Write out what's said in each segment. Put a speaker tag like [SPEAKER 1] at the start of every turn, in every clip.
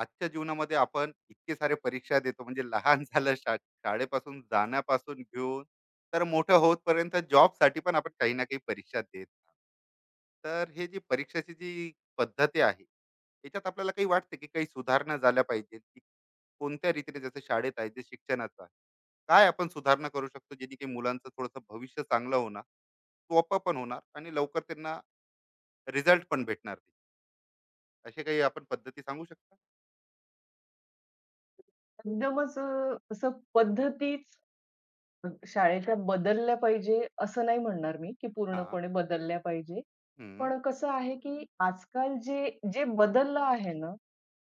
[SPEAKER 1] आजच्या जीवनामध्ये आपण इतके सारे परीक्षा देतो म्हणजे लहान झालं शाळेपासून जाण्यापासून घेऊन तर मोठं होतपर्यंत जॉबसाठी पण आपण काही ना काही परीक्षा देत राहतो. तर हे जी परीक्षाची जी पद्धती आहे याच्यात आपल्याला काही वाटते की काही सुधारणा झाल्या पाहिजे की कोणत्या रीतीने जसं शाळेत आहे जे शिक्षणाचं आहे काय आपण सुधारणा करू शकतो जेणे की मुलांचं थोडंसं भविष्य चांगलं होणार सोपं पण होणार आणि लवकर त्यांना रिझल्ट पण भेटणार असे काही आपण पद्धती सांगू शकता.
[SPEAKER 2] एकदमच असं शाळेच्या बदलल्या पाहिजे असं नाही म्हणणार मी, की
[SPEAKER 1] हा.
[SPEAKER 2] पूर्णपणे बदलल्या पाहिजे.
[SPEAKER 1] हम्म.
[SPEAKER 2] पण कसं आहे, की आजकाल जे जे बदललं आहे ना,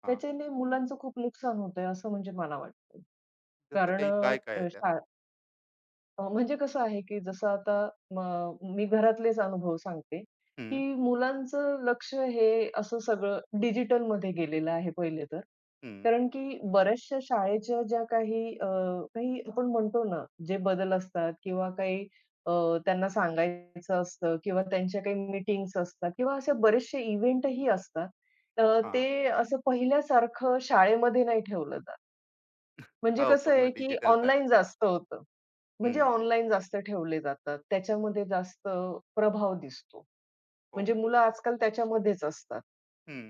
[SPEAKER 1] हा.
[SPEAKER 2] त्याच्याने मुलांचं खूप नुकसान होतंय असं म्हणजे मला वाटतं.
[SPEAKER 1] जसं
[SPEAKER 2] कारण
[SPEAKER 1] काही काय काय आहे त्यात?
[SPEAKER 2] म्हणजे कसं आहे, की जसं आता म मी घरातलेच अनुभव सांगते, की
[SPEAKER 1] हं,
[SPEAKER 2] मुलांचं लक्ष हे असं सगळं डिजिटलमध्ये गेलेलं आहे पहिले तर.
[SPEAKER 1] हं.
[SPEAKER 2] कारण की बऱ्याचशा शाळेच्या ज्या काही काही आपण म्हणतो ना, जे बदल असतात किंवा अ, त्यांना सांगायचं असतं किंवा त्यांच्या काही मीटिंग्स असतात किंवा असे बरेचसे इव्हेंटही असतात. तर
[SPEAKER 1] हां.
[SPEAKER 2] ते असं पहिल्यासारखं शाळेमध्ये नाही ठेवलं जात. म्हणजे
[SPEAKER 1] हो,
[SPEAKER 2] कसं
[SPEAKER 1] पूर्ण
[SPEAKER 2] आहे, की
[SPEAKER 1] डिजिटल झाली.
[SPEAKER 2] ऑनलाईन जास्त होतं. म्हणजे
[SPEAKER 1] हं.
[SPEAKER 2] ऑनलाईन जास्त ठेवले जातात. त्याच्यामध्ये जास्त प्रभाव दिसतो.
[SPEAKER 1] हो.
[SPEAKER 2] म्हणजे मुलं आजकाल त्याच्यामध्येच असतात.
[SPEAKER 1] हं.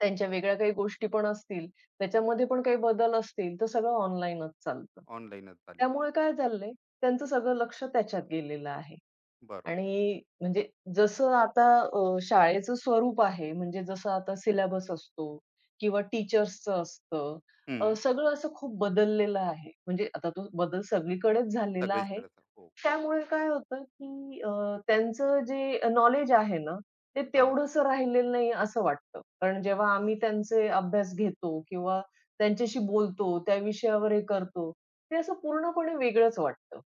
[SPEAKER 2] त्यांच्या वेगळ्या काही गोष्टी पण असतील, त्याच्यामध्ये पण काही बदल असतील, तर सगळं ऑनलाईनच चालतं.
[SPEAKER 1] ऑनलाईनच झालेलं.
[SPEAKER 2] त्यामुळे काय झालंय, त्यांचं सगळं लक्ष त्याच्यात गेलेलं आहे.
[SPEAKER 1] बरोबर.
[SPEAKER 2] आणि म्हणजे जसं आता शाळेचं स्वरूप आहे, म्हणजे जसं आता सिलेबस असतो किंवा टीचर्सचं असतं,
[SPEAKER 1] हं.
[SPEAKER 2] सगळं असं खूप बदललेलं आहे. म्हणजे आता तो बदल सगळीकडेच झालेला आहे.
[SPEAKER 1] सगळीचकडेच. हो.
[SPEAKER 2] त्यामुळे काय होतं, की त्यांचं जे नॉलेज आहे ना, ते
[SPEAKER 1] हां.
[SPEAKER 2] तेवढंसं राहिलेलं नाही असं वाटतं. कारण जेव्हा आम्ही त्यांचे अभ्यास घेतो किंवा त्यांच्याशी बोलतो, त्या विषयावर हे करतो, ते असं पूर्णपणे वेगळंच वाटतं.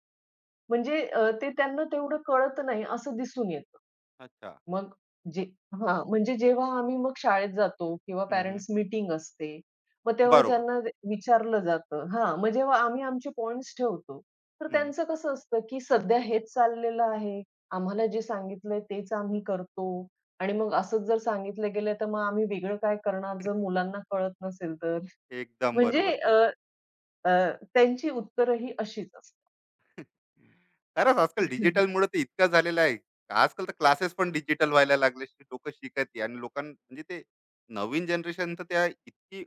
[SPEAKER 2] म्हणजे ते त्यांना तेवढं कळत नाही असं दिसून येतं.
[SPEAKER 1] अच्छा.
[SPEAKER 2] मग जे हां, म्हणजे जेव्हा आम्ही मग शाळेत जातो किंवा
[SPEAKER 1] हं, हं.
[SPEAKER 2] पॅरेंट्स मीटिंग असते, मग तेव्हा
[SPEAKER 1] बरोबर.
[SPEAKER 2] ज्यांना विचारलं जातं हां, मग जेव्हा आम्ही आमचे पॉइंट्स ठेवतो, तर
[SPEAKER 1] हं.
[SPEAKER 2] त्यांचं कसं असतं, की सध्या हेच चाललेलं आहे. आम्हाला जे सांगितलंय तेच आम्ही करतो. आणि मग असंच जर सांगितलं गेलं, तर मग आम्ही वेगळं काय करणार जर मुलांना कळत नसेल तर?
[SPEAKER 1] एकदम
[SPEAKER 2] म्हणजे
[SPEAKER 1] बरोबर
[SPEAKER 2] अ,
[SPEAKER 1] बोलले.
[SPEAKER 2] अ, त्यांची उत्तरं ही अशीच असतात.
[SPEAKER 1] खरंच आजकाल डिजिटलमुळे ते इतकं झालेलं आहे. आजकाल तर क्लासेस पण डिजिटल व्हायला लागले. लोकं शिकत आहे आणि लोकां म्हणजे ते नवीन जनरेशन तर त्या इतकी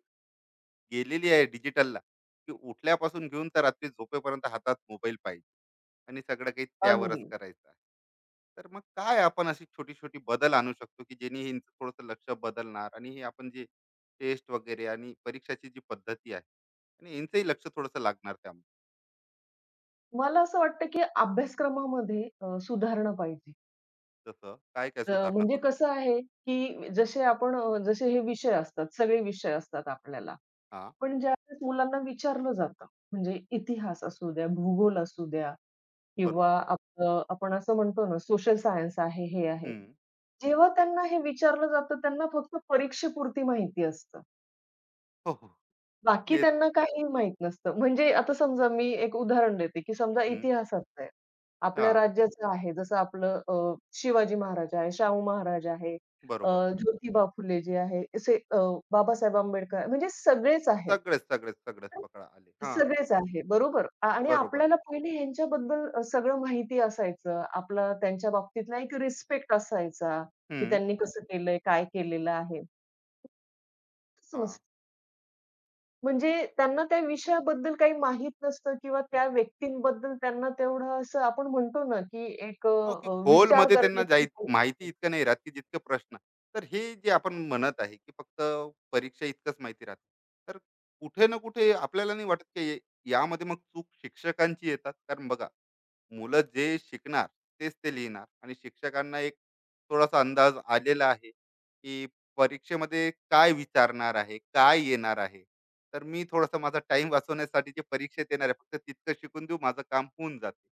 [SPEAKER 1] गेलेली आहे डिजिटलला, की उठल्यापासून घेऊन तर रात्री झोपेपर्यंत हातात मोबाईल पाहिजे आणि सगळं काही त्यावरच
[SPEAKER 2] अगदी.
[SPEAKER 1] करायचं आहे. तर मग काय आपण अशी छोटी-छोटी बदल आणू शकतो, की जेणे हे थोडंसं लक्ष बदलणार आणि हे आपण जे टेस्ट वगैरे आणि परीक्षाची जी पद्धती आहे आणि यांचंही लक्ष थोडंसं लागणार त्यामध्ये.
[SPEAKER 2] मला असं वाटतं, की अभ्यासक्रमामध्ये सुधारणा पाहिजे.
[SPEAKER 1] जसं काय-काय सुधारणा
[SPEAKER 2] म्हणजे
[SPEAKER 1] करू शकतो?
[SPEAKER 2] कसं आहे, की जसे जसे हे विषय असतात, सगळे विषय असतात आपल्याला.
[SPEAKER 1] हां,
[SPEAKER 2] पण ज्यावेळेस मुलांना विचारलं जातं, म्हणजे इतिहास असू द्या, भूगोल असू द्या किंवा
[SPEAKER 1] बरोबर.
[SPEAKER 2] आपलं आपण असं म्हणतो ना, सोशल सायन्स आहे, हे आहे.
[SPEAKER 1] हं.
[SPEAKER 2] जेव्हा त्यांना हे विचारलं जातं, त्यांना फक्त परीक्षेपुरती माहिती असतं.
[SPEAKER 1] हो, हो.
[SPEAKER 2] बाकी
[SPEAKER 1] येत.
[SPEAKER 2] त्यांना काही माहीत नसतं. म्हणजे आता समजा मी एक उदाहरण देते, की समजा
[SPEAKER 1] हं.
[SPEAKER 2] इतिहासाचं आहे. आपल्या
[SPEAKER 1] हां,
[SPEAKER 2] राज्याचं आहे. जसं शिवाजी महाराज आहे, शाहू महाराज आहे, अ,
[SPEAKER 1] बरोबर.
[SPEAKER 2] ज्योतिबा फुले जे आहे, बाबासाहेब आंबेडकर आहे, म्हणजे सगळेच आहेत.
[SPEAKER 1] सगळेच, सगळेच, सगळेच पकडा आले. हां,
[SPEAKER 2] सगळेच आहे, बरोबर. आणि
[SPEAKER 1] बरोबर.
[SPEAKER 2] आपल्याला पहिले ह्यांच्याबद्दल सगळं माहिती असायचं. आपला त्यांच्या बाबतीतला एक रिस्पेक्ट असायचा, की
[SPEAKER 1] हं.
[SPEAKER 2] त्यांनी कसं केलंय, काय केलेलं आहे. तसं
[SPEAKER 1] हां.
[SPEAKER 2] नसतं. म्हणजे त्यांना त्या विषयाबद्दल काही माहीत नसतं किंवा त्या व्यक्तींबद्दल त्यांना तेवढं असं आपण म्हणतो ना, की
[SPEAKER 1] हो, की
[SPEAKER 2] विचार
[SPEAKER 1] खोलमध्ये त्यांना
[SPEAKER 2] करण्याची
[SPEAKER 1] जाई
[SPEAKER 2] हे
[SPEAKER 1] माहिती
[SPEAKER 2] असते.
[SPEAKER 1] इतकं नाही राहत, की जितके प्रश्न. तर हे जे आपण म्हणत आहे, की फक्त परीक्षा इतकंच माहिती राहते. तर कुठे ना कुठे आपल्याला नाही वाटत, की यामध्ये मग चूक शिक्षकांची येतात. कारण बघा, मुलं जे शिकणार तेच ते लिहिणार आणि शिक्षकांना एक थोडासा अंदाज आलेला आहे, की परीक्षेमध्ये काय विचारणार आहे, काय येणार आहे. तर मी थोडासा माझा टाईम वाचवण्यासाठी जे परीक्षेत येणार आहे, फक्त तितकं शिकून देऊ, माझं काम होऊन जाते.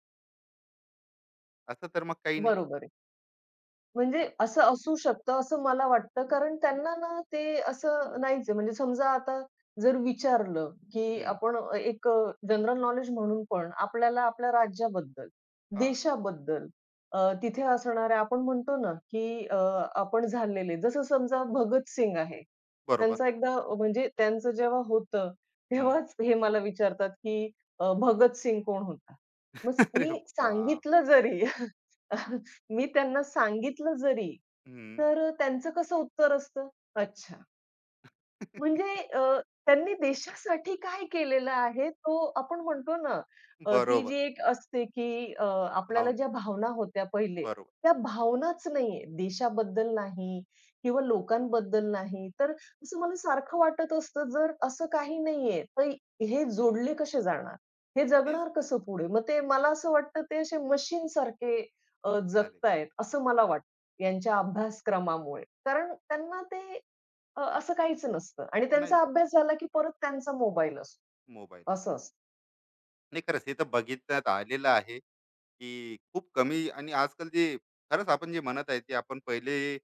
[SPEAKER 1] असं तर मग काही नाही.
[SPEAKER 2] बरोबर आहे. म्हणजे
[SPEAKER 1] कारण
[SPEAKER 2] असं असू शकतं असं मला वाटतं. कारण त्यांना ना ते असं नाहीच आहे. म्हणजे समजा आता जर विचारलं, की
[SPEAKER 1] हं.
[SPEAKER 2] आपण जनरल नॉलेज म्हणून पण आपल्याला आपल्या राज्याबद्दल,
[SPEAKER 1] हा,
[SPEAKER 2] देशाबद्दल तिथे असणाऱ्या आपण म्हणतो ना, आपण झालेले जसं समजा भगत आहे.
[SPEAKER 1] बरोबर.
[SPEAKER 2] त्यांचा म्हणजे त्यांचं जेव्हा होतं,
[SPEAKER 1] हं.
[SPEAKER 2] तेव्हाच हे मला विचारतात, की भगतसिंग कोण होता? मग स
[SPEAKER 1] अरे
[SPEAKER 2] मी
[SPEAKER 1] बाप!
[SPEAKER 2] सांगितलं जरी मी त्यांना सांगितलं जरी,
[SPEAKER 1] हं.
[SPEAKER 2] तर त्यांचं कसं उत्तर असतं? अच्छा. म्हणजे त्यांनी देशासाठी काय केलेलं आहे तो आपण म्हणतो ना, ती
[SPEAKER 1] बरोबर.
[SPEAKER 2] जी एक असते आपल्याला
[SPEAKER 1] भावना.
[SPEAKER 2] ज्या भावना होत्या पहिले,
[SPEAKER 1] बरोबर.
[SPEAKER 2] त्या भावनाच नाहीये. देशाबद्दल नाही किंवा लोकांबद्दल नाही. तर असं मला सारखं वाटत असतं, जर असं काही नाहीये, तर हे जोडले कसे जाणार? हे
[SPEAKER 1] तेच
[SPEAKER 2] जगणार कसं पुढे? मग ते मला असं वाटतं ते असे मशीनसारखे
[SPEAKER 1] झाले.
[SPEAKER 2] जगतायत असं मला वाटतं, यांच्या अभ्यासक्रमामुळे. कारण त्यांना ते असं काहीच नसतं आणि
[SPEAKER 1] नाही
[SPEAKER 2] त्यांचा अभ्यास झाला की परत त्यांचा मोबाईल असतो.
[SPEAKER 1] मोबाईल.
[SPEAKER 2] असं असतं.
[SPEAKER 1] नाही खरंच हे तर बघितण्यात आलेलं आहे, की खूप कमी आणि आजकाल जे खरंच आपण जे म्हणत आहे, ते आपण पहिले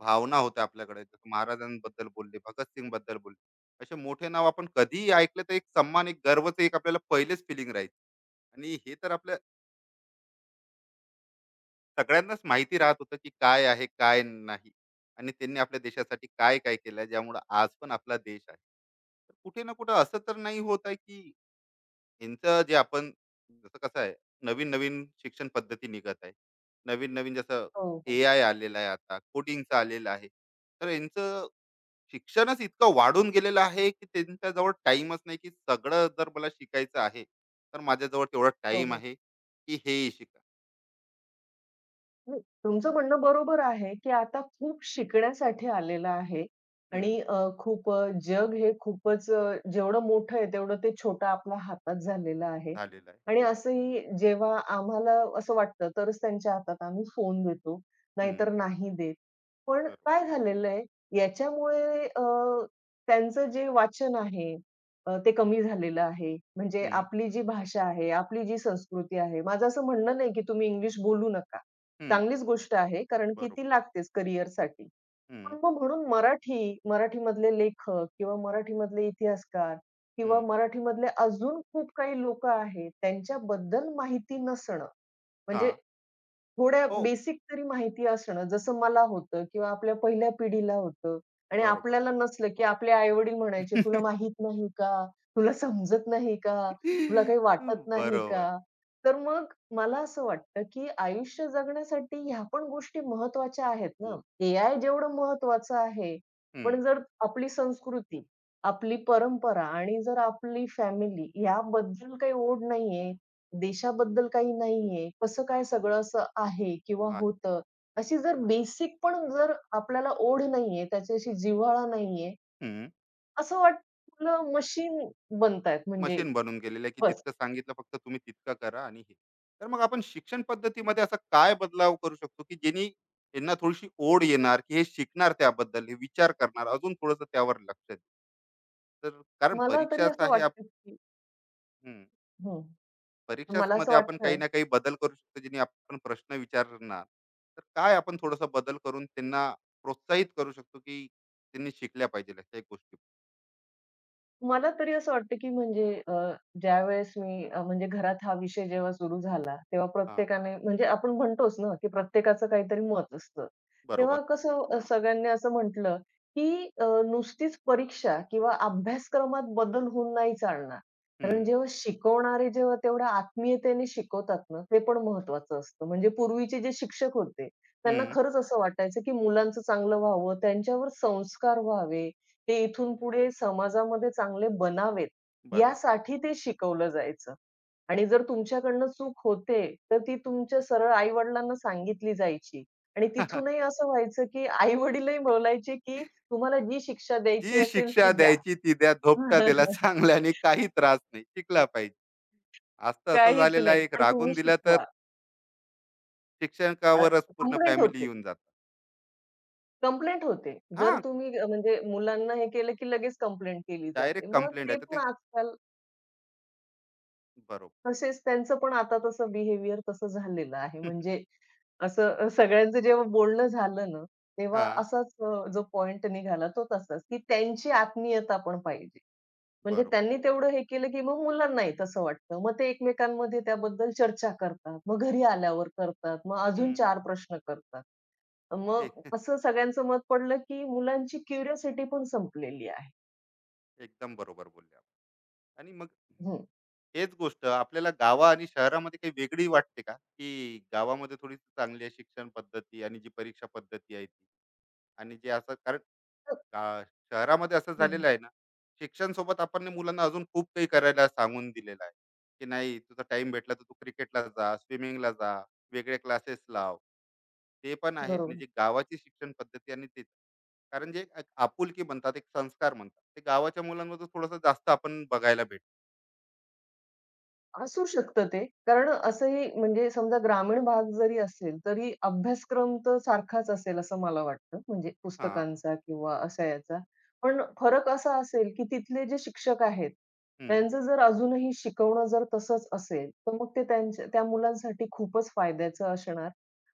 [SPEAKER 1] भावना होत्या आपल्याकडे. जसं महाराजांबद्दल बोलले, भगतसिंगबद्दल बोलले. असे मोठे नाव आपण कधीही ऐकलं तर एक सन्मान, एक गर्वचं एक आपल्याला पहिलेच फीलिंग राहील आणि हे तर आपल्या सगळ्यांनाच माहिती राहत होतं की काय आहे काय नाही आणि त्यांनी आपल्या देशासाठी काय काय केलं ज्यामुळे आज पण आपला देश आहे. तर कुठे ना कुठे असं तर नाही होत आहे की यांचं जे आपण जसं कसं आहे नवीन नवीन शिक्षण पद्धती निघत आहे, नवीन नवीन जसं
[SPEAKER 2] हो, हो.
[SPEAKER 1] ए आय आलेलं आहे, आता कोडिंगचं आलेलं आहे, तर यांचं शिक्षणच इतकं वाढून गेलेलं आहे की त्यांच्याजवळ टाइमच नाही की सगळं जर मला शिकायचं आहे तर माझ्याजवळ तेवढा
[SPEAKER 2] हो,
[SPEAKER 1] टाइम
[SPEAKER 2] हो.
[SPEAKER 1] आहे की हेही शिका.
[SPEAKER 2] नाही, तुमचं म्हणणं बरोबर आहे, की आता खूप शिकण्यासाठी आलेलं आहे
[SPEAKER 1] हम्म.
[SPEAKER 2] आणि जग हे खूपच जेवढं मोठं आहे, तेवढं ते छोटं आपल्या हातात झालेलं आहे.
[SPEAKER 1] झालेलं आहे.
[SPEAKER 2] आणि
[SPEAKER 1] हम्म.
[SPEAKER 2] असंही जेव्हा आम्हाला असं वाटतं, तरच त्यांच्या हातात आम्ही फोन देतो,
[SPEAKER 1] हम्म.
[SPEAKER 2] नाहीतर नाही देत. पण
[SPEAKER 1] बरोबर.
[SPEAKER 2] काय झालेलं आहे, याच्यामुळे त्यांचं जे वाचन आहे ते कमी झालेलं आहे. म्हणजे
[SPEAKER 1] हम्म.
[SPEAKER 2] आपली जी भाषा आहे, आपली जी संस्कृती आहे. माझं असं म्हणणं नाही, की तुम्ही इंग्लिश बोलू नका.
[SPEAKER 1] हम्म.
[SPEAKER 2] चांगलीच गोष्ट आहे, कारण की
[SPEAKER 1] बरोबर.
[SPEAKER 2] ती लागतेच करिअरसाठी.
[SPEAKER 1] हम्म.
[SPEAKER 2] पण मग म्हणून मराठी, मराठीमधले लेखक किंवा मराठीमधले इतिहासकार किंवा
[SPEAKER 1] हम्म.
[SPEAKER 2] मराठीमधले अजून खूप काही लोकं आहेत, त्यांच्याबद्दल माहिती नसणं
[SPEAKER 1] हा.
[SPEAKER 2] म्हणजे थोड्या
[SPEAKER 1] हो.
[SPEAKER 2] बेसिक तरी माहिती असणं, जसं मला होतं किंवा आपल्या पहिल्या पिढीला होतं आणि
[SPEAKER 1] बरोबर.
[SPEAKER 2] आपल्याला नसलं, की आपले आई-वडील म्हणायचे, "तुला माहीत नाही का? तुला समजत नाही का? तुला काही वाटत नाही
[SPEAKER 1] बरोबर.
[SPEAKER 2] का?" तर मग मला असं वाटतं, की आयुष्य जगण्यासाठी ह्या पण गोष्टी महत्त्वाच्या आहेत ना.
[SPEAKER 1] खूप.
[SPEAKER 2] एआय जेवढं महत्त्वाचं आहे,
[SPEAKER 1] हम्म.
[SPEAKER 2] पण जर आपली संस्कृती, आपली परंपरा आणि जर आपली फॅमिली याबद्दल काही ओढ नाहीये देशाबद्दल काही नाहीये, कसं काय सगळं असं आहे किंवा
[SPEAKER 1] आहे.
[SPEAKER 2] होतं. अशी जर बेसिक पण जर आपल्याला ओढ नाहीये, त्याच्याशी जिव्हाळा नाहीये,
[SPEAKER 1] हम्म.
[SPEAKER 2] असं वाटतं आपलं मशीन बनतायत म्हणजे
[SPEAKER 1] मशीन बनून गेलेलं आहे की
[SPEAKER 2] बस.
[SPEAKER 1] जितकं सांगितलं फक्त तुम्ही तितकं करा आणि हे. तर मग आपण शिक्षण पद्धतीमध्ये असा काय बदलाव करू शकतो की ज्यांनी यांना थोडीशी ओढ येणार की हे शिकणार त्याबद्दल हे विचार करणार अजून थोडस त्यावर लक्ष दे. तर कारण
[SPEAKER 2] मला तरी
[SPEAKER 1] परीक्षाच
[SPEAKER 2] असं
[SPEAKER 1] आहे
[SPEAKER 2] वाटतं, की हं.
[SPEAKER 1] परीक्षाच
[SPEAKER 2] मला असं
[SPEAKER 1] मध्ये आपण काही
[SPEAKER 2] वाटतं
[SPEAKER 1] ना काही बदल करू शकतो जेणे आपण प्रश्न विचारणार. तर काय आपण थोडासा बदल करून त्यांना प्रोत्साहित करू शकतो की त्यांनी शिकल्या पाहिजे काही गोष्टी.
[SPEAKER 2] मला तरी असं वाटतं, की ज्यावेळेस म्हणजे घरात हा विषय जेव्हा सुरू झाला, तेव्हा
[SPEAKER 1] हा.
[SPEAKER 2] प्रत्येकाने म्हणजे आपण म्हणतोच ना, की प्रत्येकाचं काहीतरी मत असतं.
[SPEAKER 1] बरोबर.
[SPEAKER 2] तेव्हा कसं सगळ्यांनी असं म्हटलं, की नुसतीच परीक्षा किंवा अभ्यासक्रमात बदल होऊन नाही चालणार. कारण
[SPEAKER 1] हम्म.
[SPEAKER 2] जेव्हा शिकवणारे तेवढ्या आत्मीयतेने शिकवतात ना, ते पण महत्त्वाचं असतं. म्हणजे पूर्वीचे जे शिक्षक होते, त्यांना
[SPEAKER 1] हम्म.
[SPEAKER 2] खरंच असं वाटायचं, की मुलांचं चांगलं व्हावं, त्यांच्यावर संस्कार व्हावे ते इथून पुढे समाजामध्ये चांगले बनावेत,
[SPEAKER 1] बनाव.
[SPEAKER 2] यासाठी ते शिकवलं जायचं. आणि जर तुमच्याकडनं चूक होते, तर ती तुमच्या सरळ आई-वडिलांना सांगितली जायची. आणि तिथूनही असं व्हायचं, की आई-वडीलही बोलायचे, की "तुम्हाला जी शिक्षा द्यायची
[SPEAKER 1] जी
[SPEAKER 2] असेल ती
[SPEAKER 1] शिक्षा
[SPEAKER 2] द्या."
[SPEAKER 1] द्यायची ती द्या, धोपटा त्याला चांगल्याने, काही त्रास नाही, शिकला पाहिजे. आज तर असं
[SPEAKER 2] काहीच
[SPEAKER 1] झालेलं
[SPEAKER 2] नाही,
[SPEAKER 1] आहे एक
[SPEAKER 2] पण
[SPEAKER 1] रागून
[SPEAKER 2] तुम्ही
[SPEAKER 1] दिला तर
[SPEAKER 2] शिकवा. अ,
[SPEAKER 1] शिक्षकावरच पूर्ण
[SPEAKER 2] कंप्लेंट
[SPEAKER 1] फॅमिली
[SPEAKER 2] होते,
[SPEAKER 1] येऊन जातात.
[SPEAKER 2] कंप्लेंट होते.
[SPEAKER 1] हा,
[SPEAKER 2] जर तुम्ही म्हणजे मुलांना हे केलं, की लगेच कंप्लेंट केली जाते.
[SPEAKER 1] डायरेक्ट
[SPEAKER 2] मग
[SPEAKER 1] कंप्लेंट आहे
[SPEAKER 2] ते
[SPEAKER 1] तर
[SPEAKER 2] पण
[SPEAKER 1] ते.
[SPEAKER 2] आजकाल
[SPEAKER 1] बरोबर.
[SPEAKER 2] तसेच त्यांचं पण आता तसं बिहेवियर तसं झालेलं आहे. म्हणजे सगळ्यांचं जेव्हा बोलणं झालं ना, तेव्हा
[SPEAKER 1] हा.
[SPEAKER 2] असाच अ, जो पॉइंट निघाला तो तसाच, की त्यांची आत्मीयता पण पाहिजे. म्हणजे
[SPEAKER 1] बरोबर.
[SPEAKER 2] त्यांनी तेवढं हे केलं, की मग मुलांनाही तसं वाटतं. मग ते एकमेकांमध्ये त्याबद्दल चर्चा करतात. मग घरी आल्यावर करतात. मग अजून
[SPEAKER 1] हम्म.
[SPEAKER 2] 4 प्रश्न करतात. मग
[SPEAKER 1] हे
[SPEAKER 2] असं सगळ्यांचं मत पडलं, की मुलांची क्युरिओसिटी पण संपलेली आहे.
[SPEAKER 1] एकदम बरोबर बोलले आपण. आणि मग
[SPEAKER 2] हं.
[SPEAKER 1] हेच गोष्ट आपल्याला गावा आणि शहरामध्ये काही वेगळी वाटते का की गावामध्ये थोडी चांगली आहे शिक्षण पद्धती आणि जी परीक्षा पद्धती आहे ती आणि जे असं कारण
[SPEAKER 2] तर
[SPEAKER 1] गा- शहरामध्ये असं
[SPEAKER 2] हं.
[SPEAKER 1] झालेलं आहे ना, शिक्षण सोबत आपण ने मुलांना अजून खूप काही करायला सांगून दिलेलं आहे की नाही तुझा टाइम भेटला तर तू क्रिकेटला जा, स्विमिंगला जा, वेगळे क्लासेस लाव. ते पण आहे आणि
[SPEAKER 2] बरोबर.
[SPEAKER 1] जे गावाची शिक्षण पद्धती आणि ते, कारण जे एक आपुलकी म्हणतात एक संस्कार म्हणतात ते गावाच्या मुलांमध्ये थोडंसं जास्त आपण बघायला भेटतो.
[SPEAKER 2] असू शकतं ते. कारण असंही म्हणजे समजा ग्रामीण भाग जरी असेल, तरी अभ्यासक्रम तर सारखाच असेल असं मला वाटतं. म्हणजे
[SPEAKER 1] हां.
[SPEAKER 2] पुस्तकांचा किंवा असा याचा. पण फरक असा असेल, की तिथले जे शिक्षक आहेत
[SPEAKER 1] हं.
[SPEAKER 2] त्यांचं जर अजूनही शिकवणं जर तसंच असेल, तर मग ते त्यांच्या त्या मुलांसाठी खूपच फायद्याचं असणार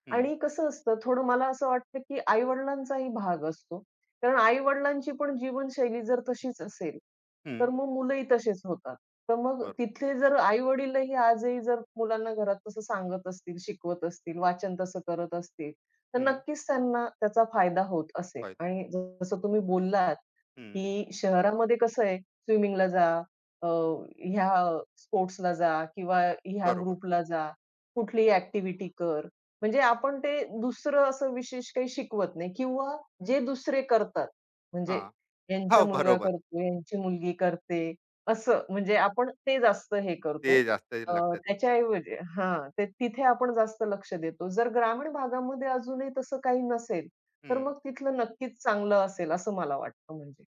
[SPEAKER 1] हं.
[SPEAKER 2] आणि कसं असतं थोडं मला असं वाटतं, की आई-वडिलांचाही भाग असतो. कारण आई-वडिलांची पण जीवनशैली जर तशीच असेल,
[SPEAKER 1] हं.
[SPEAKER 2] तर मग मुलंही तसेच होतात. तर मग
[SPEAKER 1] बरो.
[SPEAKER 2] तिथले जर आई-वडीलही आजही जर मुलांना घरात तसं सांगत असतील, शिकवत असतील, वाचन तसं करत असतील, तर
[SPEAKER 1] हं.
[SPEAKER 2] नक्कीच त्यांना त्याचा फायदा होत असेल
[SPEAKER 1] फायदा.
[SPEAKER 2] आणि जसं तुम्ही बोललात,
[SPEAKER 1] हं.
[SPEAKER 2] की शहरामध्ये कसं आहे स्विमिंगला जा अ, ह्या स्पोर्ट्सला जा किंवा ह्या
[SPEAKER 1] बरोबर.
[SPEAKER 2] ग्रुपला जा, कुठलीही ॲक्टिव्हिटी कर. म्हणजे आपण ते दुसरं असं विशेष काही शिकवत नाही किंवा जे दुसरे करतात, म्हणजे
[SPEAKER 1] हां.
[SPEAKER 2] यांचा
[SPEAKER 1] हो,
[SPEAKER 2] मुलगा
[SPEAKER 1] बरोबर.
[SPEAKER 2] करतो, यांची मुलगी करते, असं म्हणजे आपण ते जास्त हे करतो.
[SPEAKER 1] ते जास्त
[SPEAKER 2] अ,
[SPEAKER 1] लक्षात येतं.
[SPEAKER 2] त्याच्याऐवजी हां, ते तिथे आपण जास्त लक्ष देतो. जर ग्रामीण भागामध्ये अजूनही तसं काही नसेल, तर
[SPEAKER 1] हं.
[SPEAKER 2] मग तिथलं नक्कीच चांगलं असेल असं मला वाटतं म्हणजे.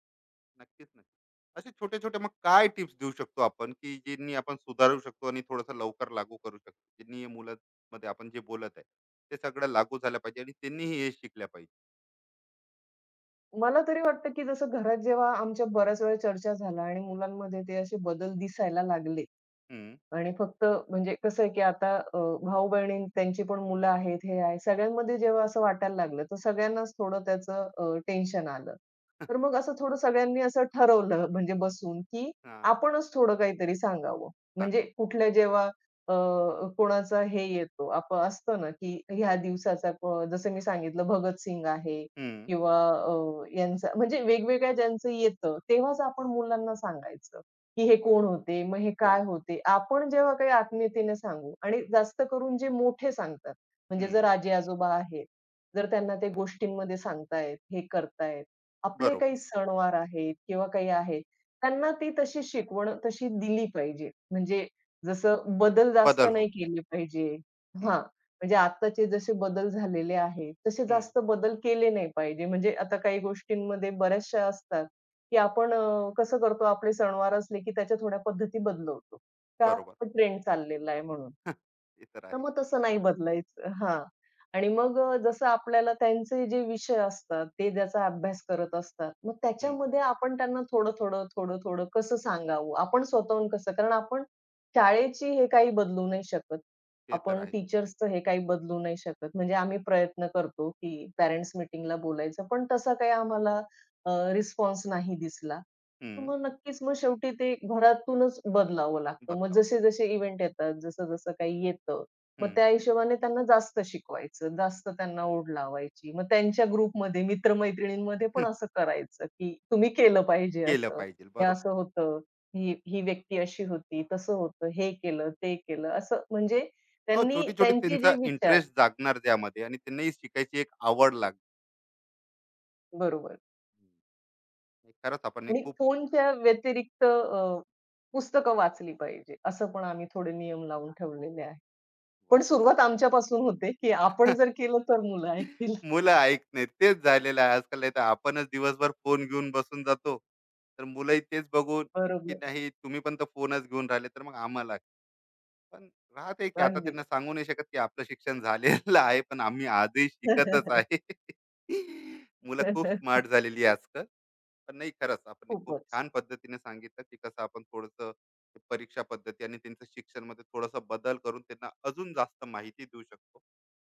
[SPEAKER 1] नक्कीच, नक्कीच. असे छोटे-छोटे मग काय टिप्स देऊ शकतो आपण, की ज्यांनी आपण सुधारू शकतो आणि थोडंसं लवकर लागू करू शकतो? ज्यांनी या मुलांमध्ये आपण जे बोलत आहे, ते सगळं लागू झालं पाहिजे आणि त्यांनीही हे शिकल्या पाहिजे.
[SPEAKER 2] मला तरी वाटतं, की जसं घरात जेव्हा आमच्या बऱ्याच वेळा चर्चा झाल्या आणि मुलांमध्ये ते असे बदल दिसायला लागले,
[SPEAKER 1] हं.
[SPEAKER 2] आणि फक्त म्हणजे कसं आहे, की आता भाऊ-बहीण त्यांची पण मुलं आहेत, हे आहे. सगळ्यांमध्ये जेव्हा असं वाटायला लागलं, तर सगळ्यांनाच थोडं त्याचं टेन्शन आलं. तर मग असं थोडं सगळ्यांनी असं ठरवलं म्हणजे बसून, की
[SPEAKER 1] हां.
[SPEAKER 2] आपणच थोडं काहीतरी सांगावं. म्हणजे
[SPEAKER 1] सांगा.
[SPEAKER 2] अ, कोणाचा हे येतो आप असतं ना, की ह्या दिवसाचा जसं मी सांगितलं भगतसिंग आहे
[SPEAKER 1] हं.
[SPEAKER 2] किंवा यांचा म्हणजे वेगवेगळ्या ज्यांचं येतं, तेव्हाच आपण मुलांना सांगायचं. की हे कोण होते? मग हे
[SPEAKER 1] कोण?
[SPEAKER 2] काय होते? आपण जेव्हा काही आत्मीयतेने सांगू आणि जास्त करून जे मोठे सांगतात, म्हणजे जर
[SPEAKER 1] हं.
[SPEAKER 2] आजी-आजोबा आहेत, जर त्यांना ते गोष्टींमध्ये सांगतायत, हे करतायत. आपले
[SPEAKER 1] बरोबर.
[SPEAKER 2] काही सणवार आहेत किंवा काही आहेत, त्यांना ती तशी शिकवण तशी दिली पाहिजे. म्हणजे जसं बदल जास्त
[SPEAKER 1] बदल होऊन.
[SPEAKER 2] नाही केले पाहिजे
[SPEAKER 1] हं,
[SPEAKER 2] हां, म्हणजे आत्ताचे जसे बदल झालेले आहेत, तसे
[SPEAKER 1] हं.
[SPEAKER 2] जास्त बदल केले नाही पाहिजे. म्हणजे आता काही गोष्टींमध्ये बऱ्याचशा असतात, की आपण कसं करतो आपले सणवार असले की त्याच्या थोड्या पद्धती बदलवतो. का?
[SPEAKER 1] बरोबर.
[SPEAKER 2] तो ट्रेंड चाललेला आहे म्हणून.
[SPEAKER 1] ते तर
[SPEAKER 2] तर
[SPEAKER 1] आहे.
[SPEAKER 2] मग तसं नाही बदलायचं. हां. आणि मग जसं आपल्याला त्यांचे जे विषय असतात, ते ज्याचा अभ्यास करत असतात, मग
[SPEAKER 1] हं.
[SPEAKER 2] त्याच्यामध्ये आपण त्यांना थोडं-थोडं, थोडं-थोडं कसं सांगावं? आपण स्वतःहून कसं? कारण आपण शाळेची हे काही बदलू नाही शकत.
[SPEAKER 1] ते तर
[SPEAKER 2] आपण
[SPEAKER 1] आहे.
[SPEAKER 2] टीचर्सचं हे काही बदलू नाही शकत. म्हणजे आम्ही प्रयत्न करतो, की पॅरेंट्स मीटिंगला बोलायचं, पण तसा काही आम्हाला रिस्पॉन्स नाही दिसला. मग नक्कीच मग शेवटी ते घरातूनच बदलावं लागतं. मग
[SPEAKER 1] बदलावं.
[SPEAKER 2] जसे-जसे इव्हेंट येतात, जसं-जसं काही येतं, मग
[SPEAKER 1] हम्म.
[SPEAKER 2] त्या हिशोबाने त्यांना जास्त शिकवायचं, जास्त त्यांना ओढ लावायची. मग त्यांच्या ग्रुपमध्ये मित्र-मैत्रिणींमध्ये पण असं करायचं, की तुम्ही केलं पाहिजे
[SPEAKER 1] केलं
[SPEAKER 2] असं.
[SPEAKER 1] पाहिजे.
[SPEAKER 2] हे
[SPEAKER 1] बरोबर.
[SPEAKER 2] असं होतं, ही ही व्यक्ती अशी होती, तसं होतं, हे केलं, ते केलं असं म्हणजे
[SPEAKER 1] अहो
[SPEAKER 2] त्यांनी
[SPEAKER 1] छोटी छोटी
[SPEAKER 2] त्यांचे
[SPEAKER 1] त्यांचा
[SPEAKER 2] जे विचार
[SPEAKER 1] इंटरेस्ट जागणार त्यामध्ये आणि त्यांनाही शिकायची एक आवड लागणार.
[SPEAKER 2] बरोबर
[SPEAKER 1] खरंच आपण हे
[SPEAKER 2] आणि
[SPEAKER 1] खूप.
[SPEAKER 2] फोनच्या व्यतिरिक्त पुस्तकं वाचली पाहिजे. असं पण आम्ही थोडे नियम लावून ठेवलेले आहे.
[SPEAKER 1] वा
[SPEAKER 2] पण
[SPEAKER 1] वा.
[SPEAKER 2] सुरुवात आमच्यापासून होते, की आपण जर केलं तर मुलं ऐकतील.
[SPEAKER 1] मुलं ऐकत नाहीत तेच झालेलं आहे आजकाल, नाही तर आपणच दिवसभर फोन घेऊन बसून जातो, तर मुलंही तेच बघून, की
[SPEAKER 2] बरोबर.
[SPEAKER 1] नाही तुम्ही पण तर फोनच घेऊन राहिले तर मग आम्हाला पण राहते की आता
[SPEAKER 2] अगदी.
[SPEAKER 1] त्यांना सांगू नाही शकत की आपलं शिक्षण झालेलं आहे पण आम्ही आजही शिकतच आहे. मुलं खूप स्मार्ट झालेली आहे आजकाल. पण नाही, खरंच आपण हे खूप
[SPEAKER 2] खूपच.
[SPEAKER 1] छान पद्धतीने सांगितलं की कसं आपण थोडंसं ते परीक्षा पद्धती आणि त्यांचं शिक्षणमध्ये थोडासा बदल करून त्यांना अजून जास्त माहिती देऊ शकतो.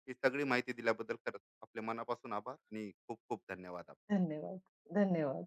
[SPEAKER 1] ही सगळी माहिती दिल्याबद्दल खरंच आपल्या मनापासून आभार आणि खूप खूप धन्यवाद.
[SPEAKER 2] धन्यवाद. धन्यवाद.